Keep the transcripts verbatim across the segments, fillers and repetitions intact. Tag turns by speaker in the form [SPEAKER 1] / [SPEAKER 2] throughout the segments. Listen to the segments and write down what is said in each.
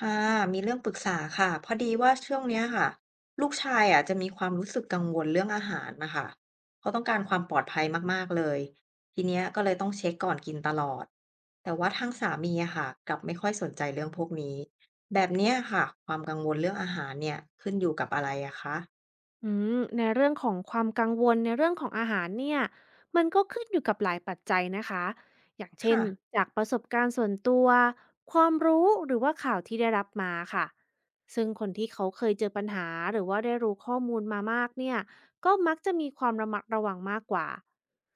[SPEAKER 1] ค่ะมีเรื่องปรึกษาค่ะพอดีว่าช่วงเนี้ยค่ะลูกชายอ่ะจะมีความรู้สึกกังวลเรื่องอาหารนะคะเขาต้องการความปลอดภัยมากๆเลยทีเนี้ยก็เลยต้องเช็คก่อนกินตลอดแต่ว่าทางสามีอะค่ะกลับไม่ค่อยสนใจเรื่องพวกนี้แบบเนี้ยค่ะความกังวลเรื่องอาหารเนี่ยขึ้นอยู่กับอะไรอะคะ
[SPEAKER 2] อืมในเรื่องของความกังวลในเรื่องของอาหารเนี่ยมันก็ขึ้นอยู่กับหลายปัจจัยนะคะอย่างเช่น
[SPEAKER 1] ค่ะ
[SPEAKER 2] จากประสบการณ์ส่วนตัวความรู้หรือว่าข่าวที่ได้รับมาค่ะซึ่งคนที่เขาเคยเจอปัญหาหรือว่าได้รู้ข้อมูลมามากเนี่ยก็มักจะมีความระมัดระวังมากกว่า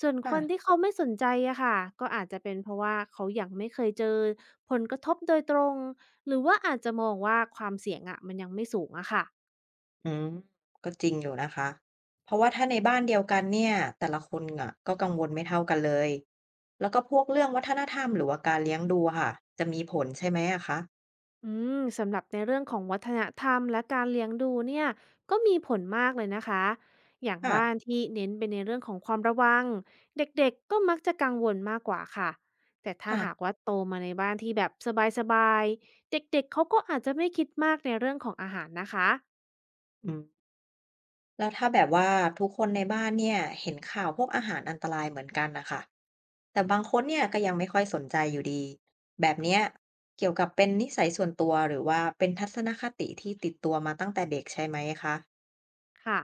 [SPEAKER 2] ส่วนค
[SPEAKER 1] ค่ะ
[SPEAKER 2] นที่เขาไม่สนใจอะค่ะก็อาจจะเป็นเพราะว่าเขายังไม่เคยเจอผลกระทบโดยตรงหรือว่าอาจจะมองว่าความเสี่ยงอะมันยังไม่สูงอะค่ะ
[SPEAKER 1] อืมก็จริงอยู่นะคะเพราะว่าถ้าในบ้านเดียวกันเนี่ยแต่ละคนอะก็กังวลไม่เท่ากันเลยแล้วก็พวกเรื่องวัฒนธรรมหรือว่าการเลี้ยงดูอะค่ะจะมีผลใช่ไหมอะคะ
[SPEAKER 2] อืมสำหรับในเรื่องของวัฒนธรรมและการเลี้ยงดูเนี่ยก็มีผลมากเลยนะคะ อย่าง
[SPEAKER 1] ค่ะ
[SPEAKER 2] บ้านที่เน้นไปในเรื่องของความระวังเด็กๆก็มักจะกังวลมากกว่าค่ะแต่ถ้า
[SPEAKER 1] ค่ะ
[SPEAKER 2] หากว่าโตมาในบ้านที่แบบสบายๆเด็กๆเขาก็อาจจะไม่คิดมากในเรื่องของอาหารนะคะ
[SPEAKER 1] อืมแล้วถ้าแบบว่าทุกคนในบ้านเนี่ยเห็นข่าวพวกอาหารอันตรายเหมือนกันนะคะแต่บางคนเนี่ยก็ยังไม่ค่อยสนใจอยู่ดีแบบเนี้ยเกี่ยวกับเป็นนิสัยส่วนตัวหรือว่าเป็นทัศนคติที่ติดตัวมาตั้งแต่เด็กใช่ไหมคะ
[SPEAKER 2] ค่ะ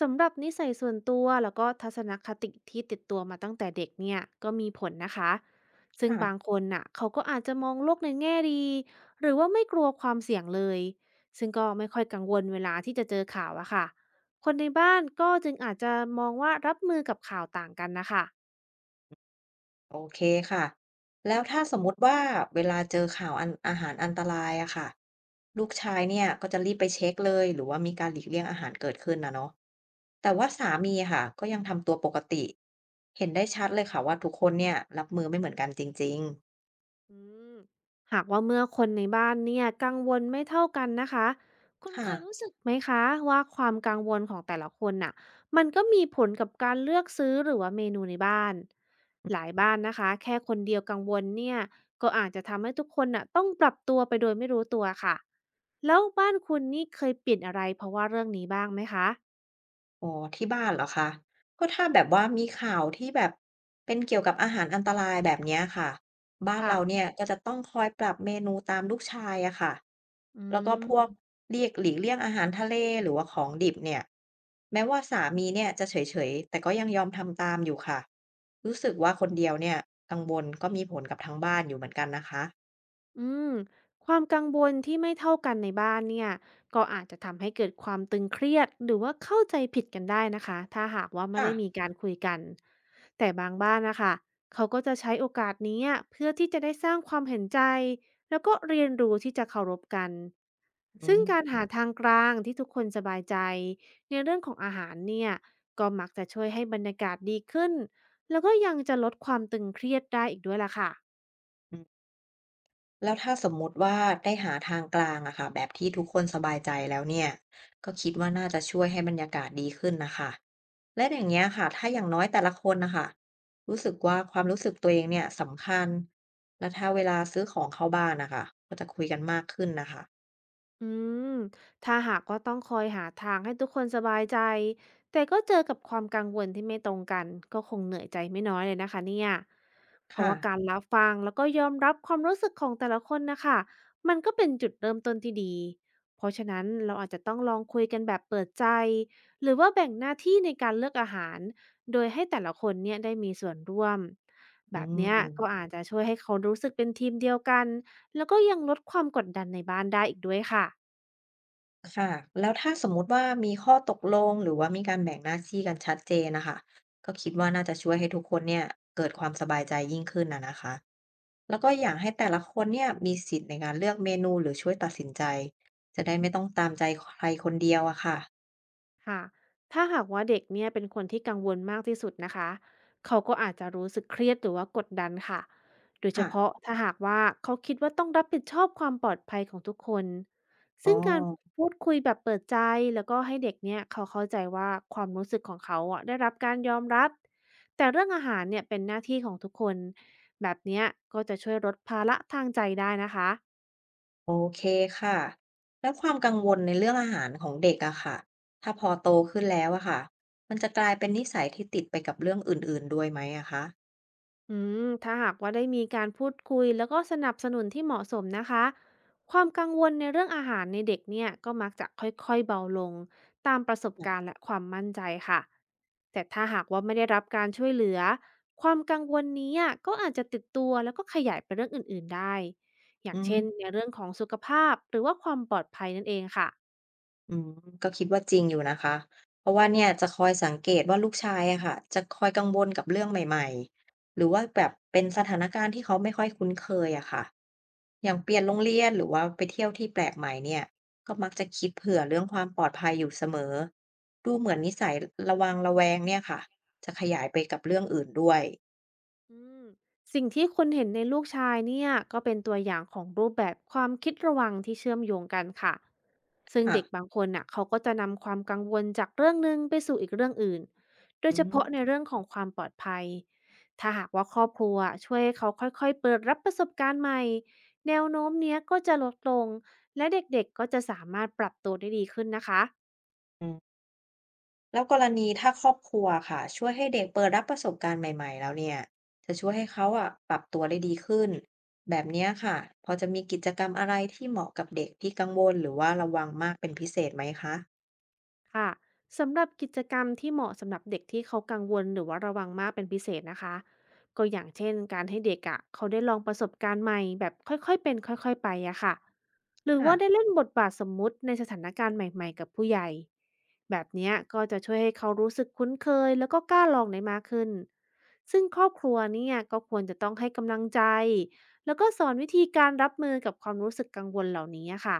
[SPEAKER 2] สำหรับนิสัยส่วนตัวแล้วก็ทัศนคติที่ติดตัวมาตั้งแต่เด็กเนี่ยก็มีผลนะคะซึ่งบาง
[SPEAKER 1] ค่ะ
[SPEAKER 2] คนน่ะเขาก็อาจจะมองโลกในแง่ดีหรือว่าไม่กลัวความเสี่ยงเลยซึ่งก็ไม่ค่อยกังวลเวลาที่จะเจอข่าวอะค่ะคนในบ้านก็จึงอาจจะมองว่ารับมือกับข่าวต่างกันนะคะ
[SPEAKER 1] โอเคค่ะแล้วถ้าสมมุติว่าเวลาเจอข่าวอันอาหารอันตรายอะค่ะลูกชายเนี่ยก็จะรีบไปเช็คเลยหรือว่ามีการหลีกเลี่ยงอาหารเกิดขึ้นนะเนาะแต่ว่าสามีอะค่ะก็ยังทำตัวปกติเห็นได้ชัดเลยค่ะว่าทุกคนเนี่ยรับมือไม่เหมือนกันจริงๆ
[SPEAKER 2] อืมหากว่าเมื่อคนในบ้านเนี่ยกังวลไม่เท่ากันนะคะคุณ
[SPEAKER 1] ค่ะ
[SPEAKER 2] เคยรู้สึกไหมคะว่าความกังวลของแต่ละคนน่ะมันก็มีผลกับการเลือกซื้อหรือว่าเมนูในบ้านหลายบ้านนะคะแค่คนเดียวกังวลเนี่ยก็อาจจะทำให้ทุกคนน่ะต้องปรับตัวไปโดยไม่รู้ตัวค่ะแล้วบ้านคุณนี่เคยเปลี่ยนอะไรเพราะว่าเรื่องนี้บ้างไหมคะ
[SPEAKER 1] อ๋อที่บ้านเหรอคะก็ถ้าแบบว่ามีข่าวที่แบบเป็นเกี่ยวกับอาหารอันตรายแบบเนี้ยค่ะบ้าน
[SPEAKER 2] ค่ะ
[SPEAKER 1] เราะเนี่ยก็จะต้องคอยปรับเมนูตามลูกชายอะค่ะ
[SPEAKER 2] อื
[SPEAKER 1] แล้วก็พวก
[SPEAKER 2] ม
[SPEAKER 1] เรียกหลีกเลี่ยงอาหารทะเลหรือว่าของดิบเนี่ยแม้ว่าสามีเนี่ยจะเฉยๆแต่ก็ยังยอมทำตามอยู่ค่ะรู้สึกว่าคนเดียวเนี่ยกังวลก็มีผลกับทั้งบ้านอยู่เหมือนกันนะคะ
[SPEAKER 2] อืมความกังวลที่ไม่เท่ากันในบ้านเนี่ยก็อาจจะทำให้เกิดความตึงเครียดหรือว่าเข้าใจผิดกันได้นะคะถ้าหากว่าไม่
[SPEAKER 1] ค่ะ
[SPEAKER 2] ได้มีการคุยกันแต่บางบ้านนะคะเขาก็จะใช้โอกาสนี้อะเพื่อที่จะได้สร้างความเห็นใจแล้วก็เรียนรู้ที่จะเคารพกัน
[SPEAKER 1] อื
[SPEAKER 2] ซึ่ง
[SPEAKER 1] ม
[SPEAKER 2] การหาทางกลางที่ทุกคนสบายใจในเรื่องของอาหารเนี่ยก็มักจะช่วยให้บรรยากาศดีขึ้นแล้วก็ยังจะลดความตึงเครียดได้อีกด้วยล่ะค่ะ
[SPEAKER 1] แล้วถ้าสมมุติว่าได้หาทางกลางอะค่ะแบบที่ทุกคนสบายใจแล้วเนี่ยก็คิดว่าน่าจะช่วยให้บรรยากาศดีขึ้นนะคะและอย่างเงี้ยค่ะถ้าอย่างน้อยแต่ละคนนะคะรู้สึกว่าความรู้สึกตัวเองเนี่ยสำคัญและถ้าเวลาซื้อของเข้าบ้านนะคะก็จะคุยกันมากขึ้นนะคะ
[SPEAKER 2] อืมถ้าหากว่าต้องคอยหาทางให้ทุกคนสบายใจแต่ก็เจอกับความกังวลที่ไม่ตรงกันก็คงเหนื่อยใจไม่น้อยเลยนะคะเนี่ยเพราะ
[SPEAKER 1] ค่ะ
[SPEAKER 2] ว่าการรับฟังแล้วก็ยอมรับความรู้สึกของแต่ละคนนะคะมันก็เป็นจุดเริ่มต้นที่ดีเพราะฉะนั้นเราอาจจะต้องลองคุยกันแบบเปิดใจหรือว่าแบ่งหน้าที่ในการเลือกอาหารโดยให้แต่ละคนเนี่ยได้มีส่วนร่วม
[SPEAKER 1] อื
[SPEAKER 2] แบบเนี้ยก็
[SPEAKER 1] ม
[SPEAKER 2] อาจจะช่วยให้เขารู้สึกเป็นทีมเดียวกัน แล้วก็ยังลดความกดดันในบ้านได้อีกด้วยค่ะ
[SPEAKER 1] ค่ะแล้วถ้าสมมุติว่ามีข้อตกลงหรือว่ามีการแบ่งหน้าที่กันชัดเจนนะคะก็คิดว่าน่าจะช่วยให้ทุกคนเนี่ยเกิดความสบายใจยิ่งขึ้นนะนะคะแล้วก็อยากให้แต่ละคนเนี่ยมีสิทธิ์ในการเลือกเมนูหรือช่วยตัดสินใจจะได้ไม่ต้องตามใจใครคนเดียวอะค่ะ
[SPEAKER 2] ค่ะถ้าหากว่าเด็กเนี่ยเป็นคนที่กังวลมากที่สุดนะคะเขาก็อาจจะรู้สึกเครียดหรือว่ากดดันค่ะ โดยเฉ
[SPEAKER 1] ค่ะ
[SPEAKER 2] พาะถ้าหากว่าเขาคิดว่าต้องรับผิดชอบความปลอดภัยของทุกคน
[SPEAKER 1] อ๋อ
[SPEAKER 2] ซึ่งการพูดคุยแบบเปิดใจแล้วก็ให้เด็กเนี่ยเขาเข้าใจว่าความรู้สึกของเขาอะได้รับการยอมรับ แต่เรื่องอาหารเนี่ยเป็นหน้าที่ของทุกคนแบบเนี้ยก็จะช่วยลดภาระทางใจได้นะคะ
[SPEAKER 1] โอเคค่ะแล้วความกังวลในเรื่องอาหารของเด็กอะค่ะถ้าพอโตขึ้นแล้วอะค่ะมันจะกลายเป็นนิสัยที่ติดไปกับเรื่องอื่นๆด้วยไหมอะคะ
[SPEAKER 2] อืมถ้าหากว่าได้มีการพูดคุยแล้วก็สนับสนุนที่เหมาะสมนะคะความกังวลในเรื่องอาหารในเด็กเนี่ยก็มักจะค่อยๆเบาลงตามประสบการณ์และความมั่นใจค่ะแต่ถ้าหากว่าไม่ได้รับการช่วยเหลือความกังวลนี้อะก็อาจจะติดตัวแล้วก็ขยายไปเรื่องอื่นๆได้อ
[SPEAKER 1] อื
[SPEAKER 2] ย่าง
[SPEAKER 1] ม
[SPEAKER 2] เช่นในเรื่องของสุขภาพหรือว่าความปลอดภัยนั่นเองค่ะ
[SPEAKER 1] อืมก็คิดว่าจริงอยู่นะคะ เพราะว่าเนี่ยจะคอยสังเกตว่าลูกชายอะค่ะจะคอยกังวลกับเรื่องใหม่ๆ หรือว่าแบบเป็นสถานการณ์ที่เขาไม่ค่อยคุ้นเคยอะค่ะอย่างเปลี่ยนโรงเรียนหรือว่าไปเที่ยวที่แปลกใหม่เนี่ยก็มักจะคิดเผื่อเรื่องความปลอดภัยอยู่เสมอดูเหมือนนิสัยระวังระแวงเนี่ยค่ะจะขยายไปกับเรื่องอื่นด้วย
[SPEAKER 2] อืมสิ่งที่คุณเห็นในลูกชายเนี่ยก็เป็นตัวอย่างของรูปแบบความคิดระวังที่เชื่อมโยงกันค่ะซึ่ง
[SPEAKER 1] ค่ะ
[SPEAKER 2] เด็กบางคนน่ะเขาก็จะนำความกังวลจากเรื่องหนึ่งไปสู่อีกเรื่องอื่นโด
[SPEAKER 1] อื
[SPEAKER 2] ยเฉพาะใน
[SPEAKER 1] ม
[SPEAKER 2] เรื่องของความปลอดภัยถ้าหากว่าครอบครัวช่วยให้เขาค่อยๆเปิดรับประสบการณ์ใหม่แนวโน้มเนี้ยก็จะลดลงและเด็กๆก็จะสามารถปรับตัวได้ดีขึ้นนะคะ
[SPEAKER 1] แล้วกรณีถ้าครอบครัวค่ะช่วยให้เด็กเปิดรับประสบการณ์ใหม่ๆแล้วเนี่ยจะช่วยให้เขาอะปรับตัวได้ดีขึ้นแบบเนี้ยค่ะพอจะมีกิจกรรมอะไรที่เหมาะกับเด็กที่กังวลหรือว่าระวังมากเป็นพิเศษไหมคะ
[SPEAKER 2] ค่ะสำหรับกิจกรรมที่เหมาะสำหรับเด็กที่เขากังวลหรือว่าระวังมากเป็นพิเศษนะคะก็อย่างเช่นการให้เด็กอะะเขาได้ลองประสบการณ์ใหม่แบบค่อยๆเป็นค่อยๆไปอะค่ะหรือ
[SPEAKER 1] ค่ะ
[SPEAKER 2] ว่าได้เล่นบทบาทสมมุติในสถานการณ์ใหม่ๆกับผู้ใหญ่แบบเนี้ยก็จะช่วยให้เขารู้สึกคุ้นเคยแล้วก็กล้าลองได้มากขึ้นซึ่งครอบครัวเนี่ยก็ควรจะต้องให้กำลังใจแล้วก็สอนวิธีการรับมือกับความรู้สึกกังวลเหล่านี้อะค่ะ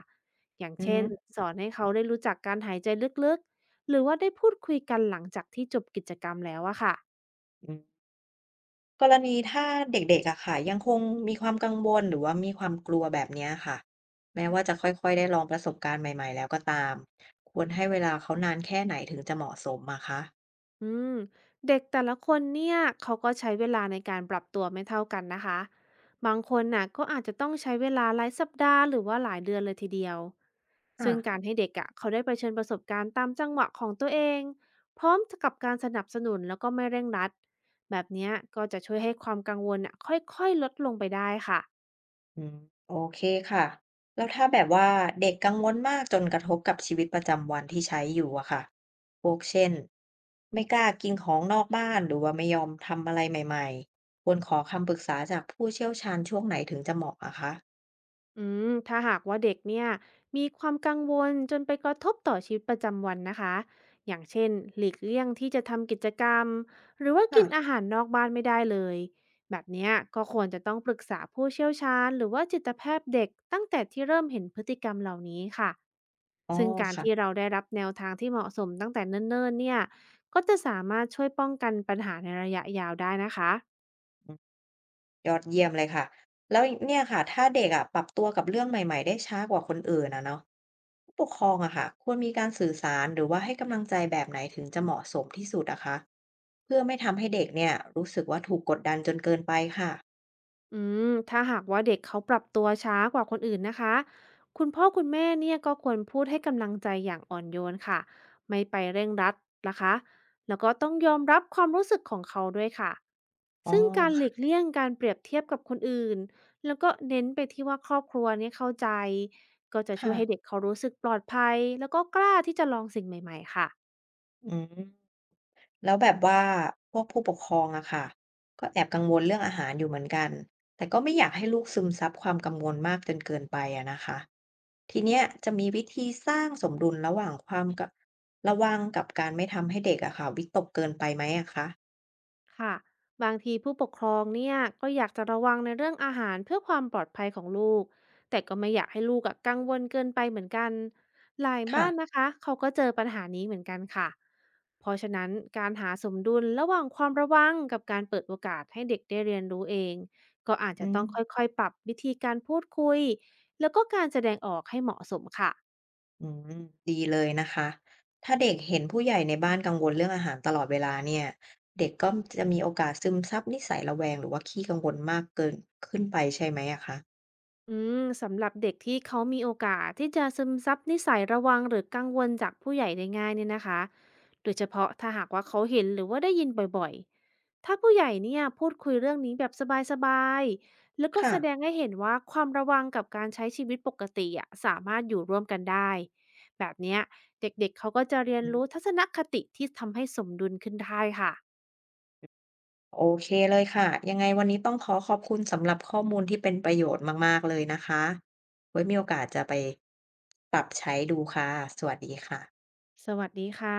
[SPEAKER 2] อย่าง
[SPEAKER 1] อือ
[SPEAKER 2] เช่
[SPEAKER 1] ฮึ
[SPEAKER 2] นสอนให้เขาได้รู้จักการหายใจลึกๆหรือว่าได้พูดคุยกันหลังจากที่จบกิจกรรมแล้วอะค่ะ
[SPEAKER 1] อืมกรณีถ้าเด็กๆอะค่ะยังคงมีความกังวลหรือว่ามีความกลัวแบบเนี้ยค่ะแม้ว่าจะค่อยๆได้ลองประสบการณ์ใหม่ๆแล้วก็ตามควรให้เวลาเขานานแค่ไหนถึงจะเหมาะสมอะคะ
[SPEAKER 2] อืมเด็กแต่ละคนเนี่ยเขาก็ใช้เวลาในการปรับตัวไม่เท่ากันนะคะบางคนน่ะก็อาจจะต้องใช้เวลาหลายสัปดาห์หรือว่าหลายเดือนเลยทีเดียว
[SPEAKER 1] ค่ะ
[SPEAKER 2] ซึ่งการให้เด็กอะเขาได้เผชิญประสบการณ์ตามจังหวะของตัวเองพร้อมกับการสนับสนุนแล้วก็ไม่เร่งรัดแบบเนี้ยก็จะช่วยให้ความกังวลน่ะค่อยๆลดลงไปได้ค่ะ
[SPEAKER 1] อืมโอเคค่ะแล้วถ้าแบบว่าเด็กกังวลมากจนกระทบกับชีวิตประจำวันที่ใช้อยู่อะค่ะพวกเช่นไม่กล้ากินของนอกบ้านหรือว่าไม่ยอมทำอะไรใหม่ๆควรขอคำปรึกษาจากผู้เชี่ยวชาญช่วงไหนถึงจะเหมาะอะคะ
[SPEAKER 2] อืมถ้าหากว่าเด็กเนี่ยมีความกังวลจนไปกระทบต่อชีวิตประจำวันนะคะอย่างเช่นหลีกเลี่ยงที่จะทำกิจกรรมหรือว่า
[SPEAKER 1] ค่ะ
[SPEAKER 2] กินอาหารนอกบ้านไม่ได้เลยแบบเนี้ยก็ควรจะต้องปรึกษาผู้เชี่ยวชาญหรือว่าจิตแพทย์เด็กตั้งแต่ที่เริ่มเห็นพฤติกรรมเหล่านี้ค่ะ
[SPEAKER 1] อ๋อ
[SPEAKER 2] ซึ่งการที่
[SPEAKER 1] ค่ะ
[SPEAKER 2] เราได้รับแนวทางที่เหมาะสมตั้งแต่เนิ่นๆเนี่ยก็จะสามารถช่วยป้องกันปัญหาในระยะยาวได้นะคะ
[SPEAKER 1] อืมยอดเยี่ยมเลยค่ะแล้วเนี่ยค่ะถ้าเด็กอะปรับตัวกับเรื่องใหม่ๆได้ช้ากว่าคนอื่นอะเนาะผู้ปกครองอะค่ะควรมีการสื่อสารหรือว่าให้กำลังใจแบบไหนถึงจะเหมาะสมที่สุดอะคะ เพื่อไม่ทำให้เด็กเนี่ยรู้สึกว่าถูกกดดันจนเกินไปค่ะ
[SPEAKER 2] อืมถ้าหากว่าเด็กเขาปรับตัวช้ากว่าคนอื่นนะคะ คุณพ่อคุณแม่เนี่ยก็ควรพูดให้กำลังใจอย่างอ่อนโยนค่ะ ไม่ไปเร่งรัดนะคะแล้วก็ต้องยอมรับความรู้สึกของเขาด้วยค่ะ
[SPEAKER 1] อ๋อ
[SPEAKER 2] ซึ่งการหลีก
[SPEAKER 1] ค่ะ
[SPEAKER 2] เลี่ยงการเปรียบเทียบกับคนอื่น แล้วก็เน้นไปที่ว่าครอบครัวเนี่ยเข้าใจ ก็จะช่วยให้เด็
[SPEAKER 1] ค่ะ
[SPEAKER 2] กเขารู้สึกปลอดภัยแล้วก็กล้าที่จะลองสิ่งใหม่ๆค่ะ
[SPEAKER 1] อืมแล้วแบบว่าพวกผู้ปกครองอะค่ะก็แอบกังวลเรื่องอาหารอยู่เหมือนกัน แต่ก็ไม่อยากให้ลูกซึมซับความกังวลมากจนเกินไปอะนะคะทีเนี้ยจะมีวิธีสร้างสมดุลระหว่างความกะระวังกับการไม่ทำให้เด็กอะค่ะวิตกเกินไปไหมอะคะ
[SPEAKER 2] ค่ะบางทีผู้ปกครองเนี่ยก็อยากจะระวังในเรื่องอาหารเพื่อความปลอดภัยของลูกแต่ก็ไม่อยากให้ลูกอะกังวลเกินไปเหมือนกันหลาย
[SPEAKER 1] ค่ะ
[SPEAKER 2] บ้านนะคะเขาก็เจอปัญหานี้เหมือนกันค่ะเพราะฉะนั้นการหาสมดุลระหว่างความระวังกับการเปิดโอกาสให้เด็กได้เรียนรู้เองก็อาจ
[SPEAKER 1] อื
[SPEAKER 2] จะต้อง
[SPEAKER 1] ม
[SPEAKER 2] ค่อยๆปรับวิธีการพูดคุยแล้วก็การแสดงออกให้เหมาะสมค่ะ
[SPEAKER 1] อืมดีเลยนะคะ ถ้าเด็กเห็นผู้ใหญ่ในบ้านกังวลเรื่องอาหารตลอดเวลาเนี่ย เด็กก็จะมีโอกาสซึมซับนิสัยระแวงหรือว่าขี้กังวลมากเกินขึ้นไปใช่ไหมอะคะ
[SPEAKER 2] อืมสำหรับเด็กที่เขามีโอกาสที่จะซึมซับนิสัยระวังหรือกังวลจากผู้ใหญ่ได้ง่ายเนี่ยนะคะ โดยเฉพาะถ้าหากว่าเขาเห็นหรือว่าได้ยินบ่อยๆ ถ้าผู้ใหญ่เนี่ยพูดคุยเรื่องนี้แบบสบายๆ แล้วก็
[SPEAKER 1] ค่ะ
[SPEAKER 2] แสดงให้เห็นว่าความระวังกับการใช้ชีวิตปกติอะสามารถอยู่ร่วมกันได้แบบเนี้ยเด็กๆเขาก็จะเรีย
[SPEAKER 1] อื
[SPEAKER 2] นรู้
[SPEAKER 1] ม
[SPEAKER 2] ทัศนคติที่ทำให้สมดุลขึ้นได้ค่ะ
[SPEAKER 1] โอเคเลยค่ะ ยังไงวันนี้ต้องขอขอบคุณสำหรับข้อมูลที่เป็นประโยชน์มากๆเลยนะคะไว้มีโอกาสจะไปปรับใช้ดูค่ะ สวัสดีค่ะ
[SPEAKER 2] สวัสดีค่ะ